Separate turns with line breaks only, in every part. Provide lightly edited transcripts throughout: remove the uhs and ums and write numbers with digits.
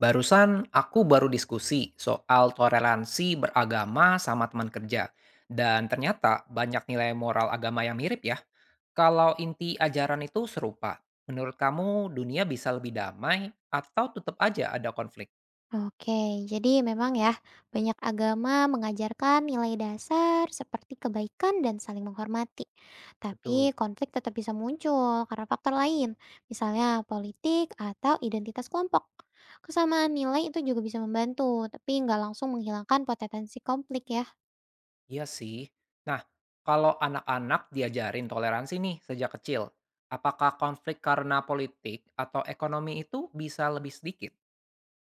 Barusan aku baru diskusi soal toleransi beragama sama teman kerja. Dan ternyata banyak nilai moral agama yang mirip ya. Kalau inti ajaran itu serupa, menurut kamu dunia bisa lebih damai atau tetap aja ada konflik?
Oke, jadi memang ya, banyak agama mengajarkan nilai dasar seperti kebaikan dan saling menghormati.
Betul.
Tapi konflik tetap bisa muncul karena faktor lain, misalnya politik atau identitas kelompok. Kesamaan nilai itu juga bisa membantu, tapi nggak langsung menghilangkan potensi konflik ya.
Iya sih. Nah, kalau anak-anak diajarin toleransi nih sejak kecil, apakah konflik karena politik atau ekonomi itu bisa lebih sedikit?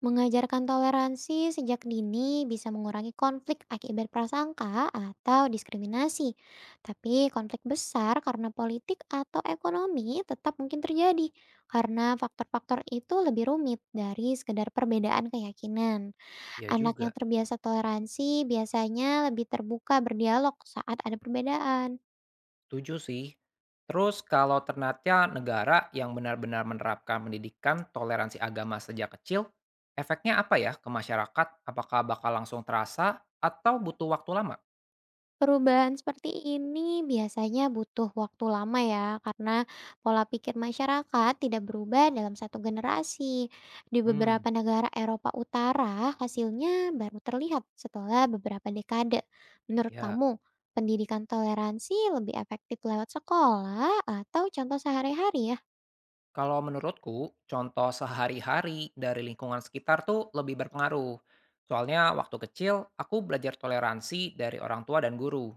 Mengajarkan toleransi sejak dini bisa mengurangi konflik akibat prasangka atau diskriminasi. Tapi konflik besar karena politik atau ekonomi tetap mungkin terjadi karena faktor-faktor itu lebih rumit dari sekedar perbedaan keyakinan.
Iya
Anak
juga.
yang terbiasa toleransi biasanya lebih terbuka berdialog saat ada perbedaan.
Tujuh sih. Terus kalau ternatya negara yang benar-benar menerapkan pendidikan toleransi agama sejak kecil, efeknya apa ya ke masyarakat? Apakah bakal langsung terasa atau butuh waktu lama?
Perubahan seperti ini biasanya butuh waktu lama ya, karena pola pikir masyarakat tidak berubah dalam satu generasi. Di
Hmm.
beberapa negara Eropa Utara, hasilnya baru terlihat setelah beberapa dekade. Menurut
Ya,
kamu, pendidikan toleransi lebih efektif lewat sekolah atau contoh sehari-hari ya?
kalau menurutku, contoh sehari-hari dari lingkungan sekitar tuh lebih berpengaruh. Soalnya waktu kecil, aku belajar toleransi dari orang tua dan guru.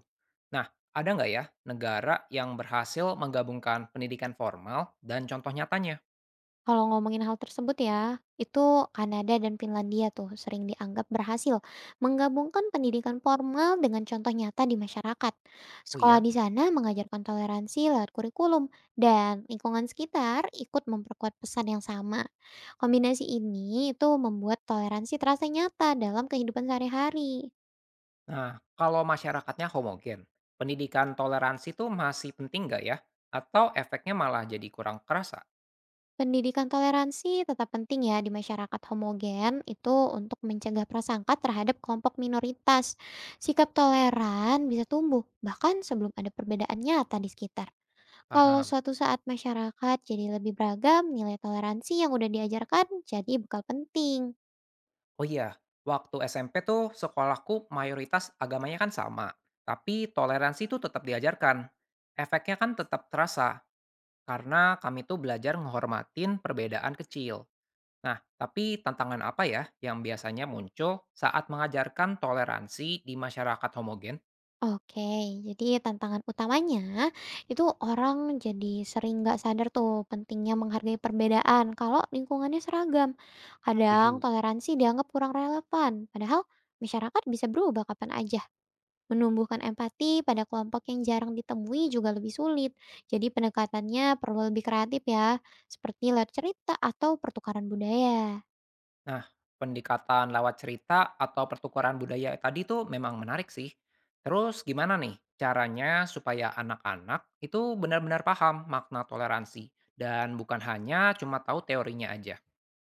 Nah, ada nggak ya negara yang berhasil menggabungkan pendidikan formal dan contoh nyatanya?
Kalau ngomongin hal tersebut ya, itu Kanada dan Finlandia tuh sering dianggap berhasil menggabungkan pendidikan formal dengan contoh nyata di masyarakat.
Oh
Sekolah
iya.
di sana mengajarkan toleransi lewat kurikulum dan lingkungan sekitar ikut memperkuat pesan yang sama. Kombinasi ini itu membuat toleransi terasa nyata dalam kehidupan sehari-hari.
Nah, kalau masyarakatnya homogen, pendidikan toleransi itu masih penting nggak ya? Atau efeknya malah jadi kurang kerasa?
Pendidikan toleransi tetap penting ya di masyarakat homogen itu untuk mencegah prasangka terhadap kelompok minoritas. Sikap toleran bisa tumbuh bahkan sebelum ada perbedaan nyata di sekitar. Kalau
Paham.
suatu saat masyarakat jadi lebih beragam, nilai toleransi yang udah diajarkan jadi bekal penting.
Oh iya, waktu SMP tuh sekolahku mayoritas agamanya kan sama, tapi toleransi itu tetap diajarkan. Efeknya kan tetap terasa, karena kami tuh belajar menghormatin perbedaan kecil. Nah, tapi tantangan apa ya yang biasanya muncul saat mengajarkan toleransi di masyarakat homogen?
Oke, jadi tantangan utamanya itu orang jadi sering nggak sadar tuh pentingnya menghargai perbedaan kalau lingkungannya seragam. Kadang
Tujuh.
toleransi dianggap kurang relevan, padahal masyarakat bisa berubah kapan aja. Menumbuhkan empati pada kelompok yang jarang ditemui juga lebih sulit. Jadi pendekatannya perlu lebih kreatif ya, seperti lewat cerita atau pertukaran budaya.
Nah, pendekatan lewat cerita atau pertukaran budaya tadi tuh memang menarik sih. Terus gimana nih caranya supaya anak-anak itu benar-benar paham makna toleransi dan bukan hanya cuma tahu teorinya aja.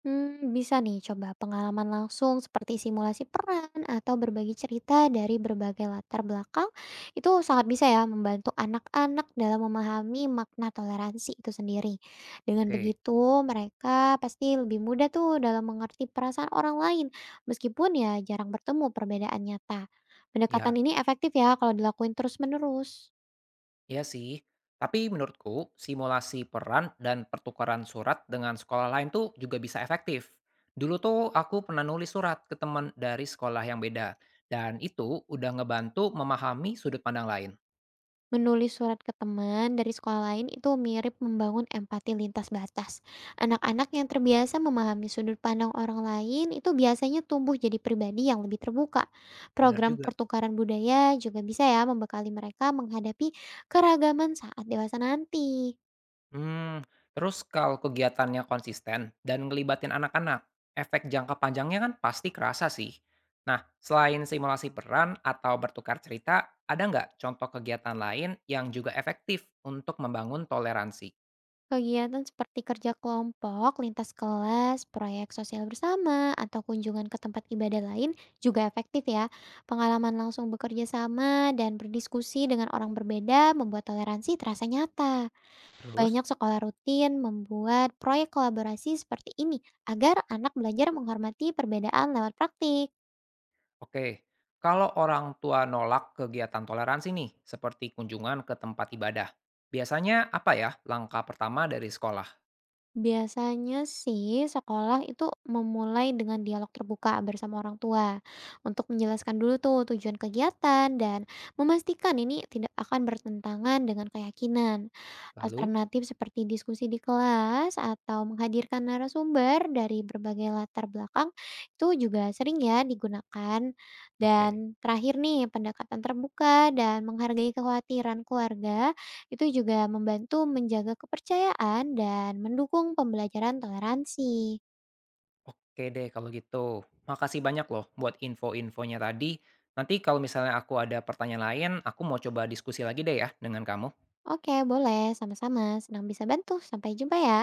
Bisa nih coba pengalaman langsung seperti simulasi peran atau berbagi cerita dari berbagai latar belakang, itu sangat bisa ya membantu anak-anak dalam memahami makna toleransi itu sendiri. Dengan
Oke,
begitu, mereka pasti lebih mudah tuh dalam mengerti perasaan orang lain, meskipun ya jarang bertemu perbedaan nyata. Pendekatan
ya,
ini efektif ya kalau dilakuin terus-menerus.
iya sih. Tapi menurutku simulasi peran dan pertukaran surat dengan sekolah lain tuh juga bisa efektif. Dulu tuh aku pernah nulis surat ke teman dari sekolah yang beda dan itu udah ngebantu memahami sudut pandang lain.
Menulis surat ke teman dari sekolah lain itu mirip membangun empati lintas batas. Anak-anak yang terbiasa memahami sudut pandang orang lain itu biasanya tumbuh jadi pribadi yang lebih terbuka.
Benar
Program
juga.
pertukaran budaya juga bisa ya membekali mereka menghadapi keragaman saat dewasa nanti.
Hmm, terus kalau kegiatannya konsisten dan ngelibatin anak-anak, efek jangka panjangnya kan pasti kerasa sih. Nah, selain simulasi peran atau bertukar cerita, ada nggak contoh kegiatan lain yang juga efektif untuk membangun toleransi?
Kegiatan seperti kerja kelompok, lintas kelas, proyek sosial bersama, atau kunjungan ke tempat ibadah lain juga efektif ya. Pengalaman langsung bekerja sama dan berdiskusi dengan orang berbeda membuat toleransi terasa nyata. Banyak
Terus?
sekolah rutin membuat proyek kolaborasi seperti ini agar anak belajar menghormati perbedaan lewat praktik.
Oke, kalau orang tua nolak kegiatan toleransi nih, seperti kunjungan ke tempat ibadah, biasanya apa ya langkah pertama dari sekolah?
Biasanya sih sekolah itu memulai dengan dialog terbuka bersama orang tua untuk menjelaskan dulu tuh tujuan kegiatan dan memastikan ini tidak akan bertentangan dengan keyakinan.
Lalu?
Alternatif seperti diskusi di kelas atau menghadirkan narasumber dari berbagai latar belakang itu juga sering ya digunakan. Dan
Oke.
terakhir nih, pendekatan terbuka dan menghargai kekhawatiran keluarga itu juga membantu menjaga kepercayaan dan mendukung pembelajaran toleransi.
Oke deh kalau gitu. Makasih banyak loh buat info-infonya tadi. Nanti kalau misalnya aku ada pertanyaan lain, aku mau coba diskusi lagi deh ya dengan kamu.
Oke, boleh. Sama-sama. Senang bisa bantu. Sampai jumpa ya.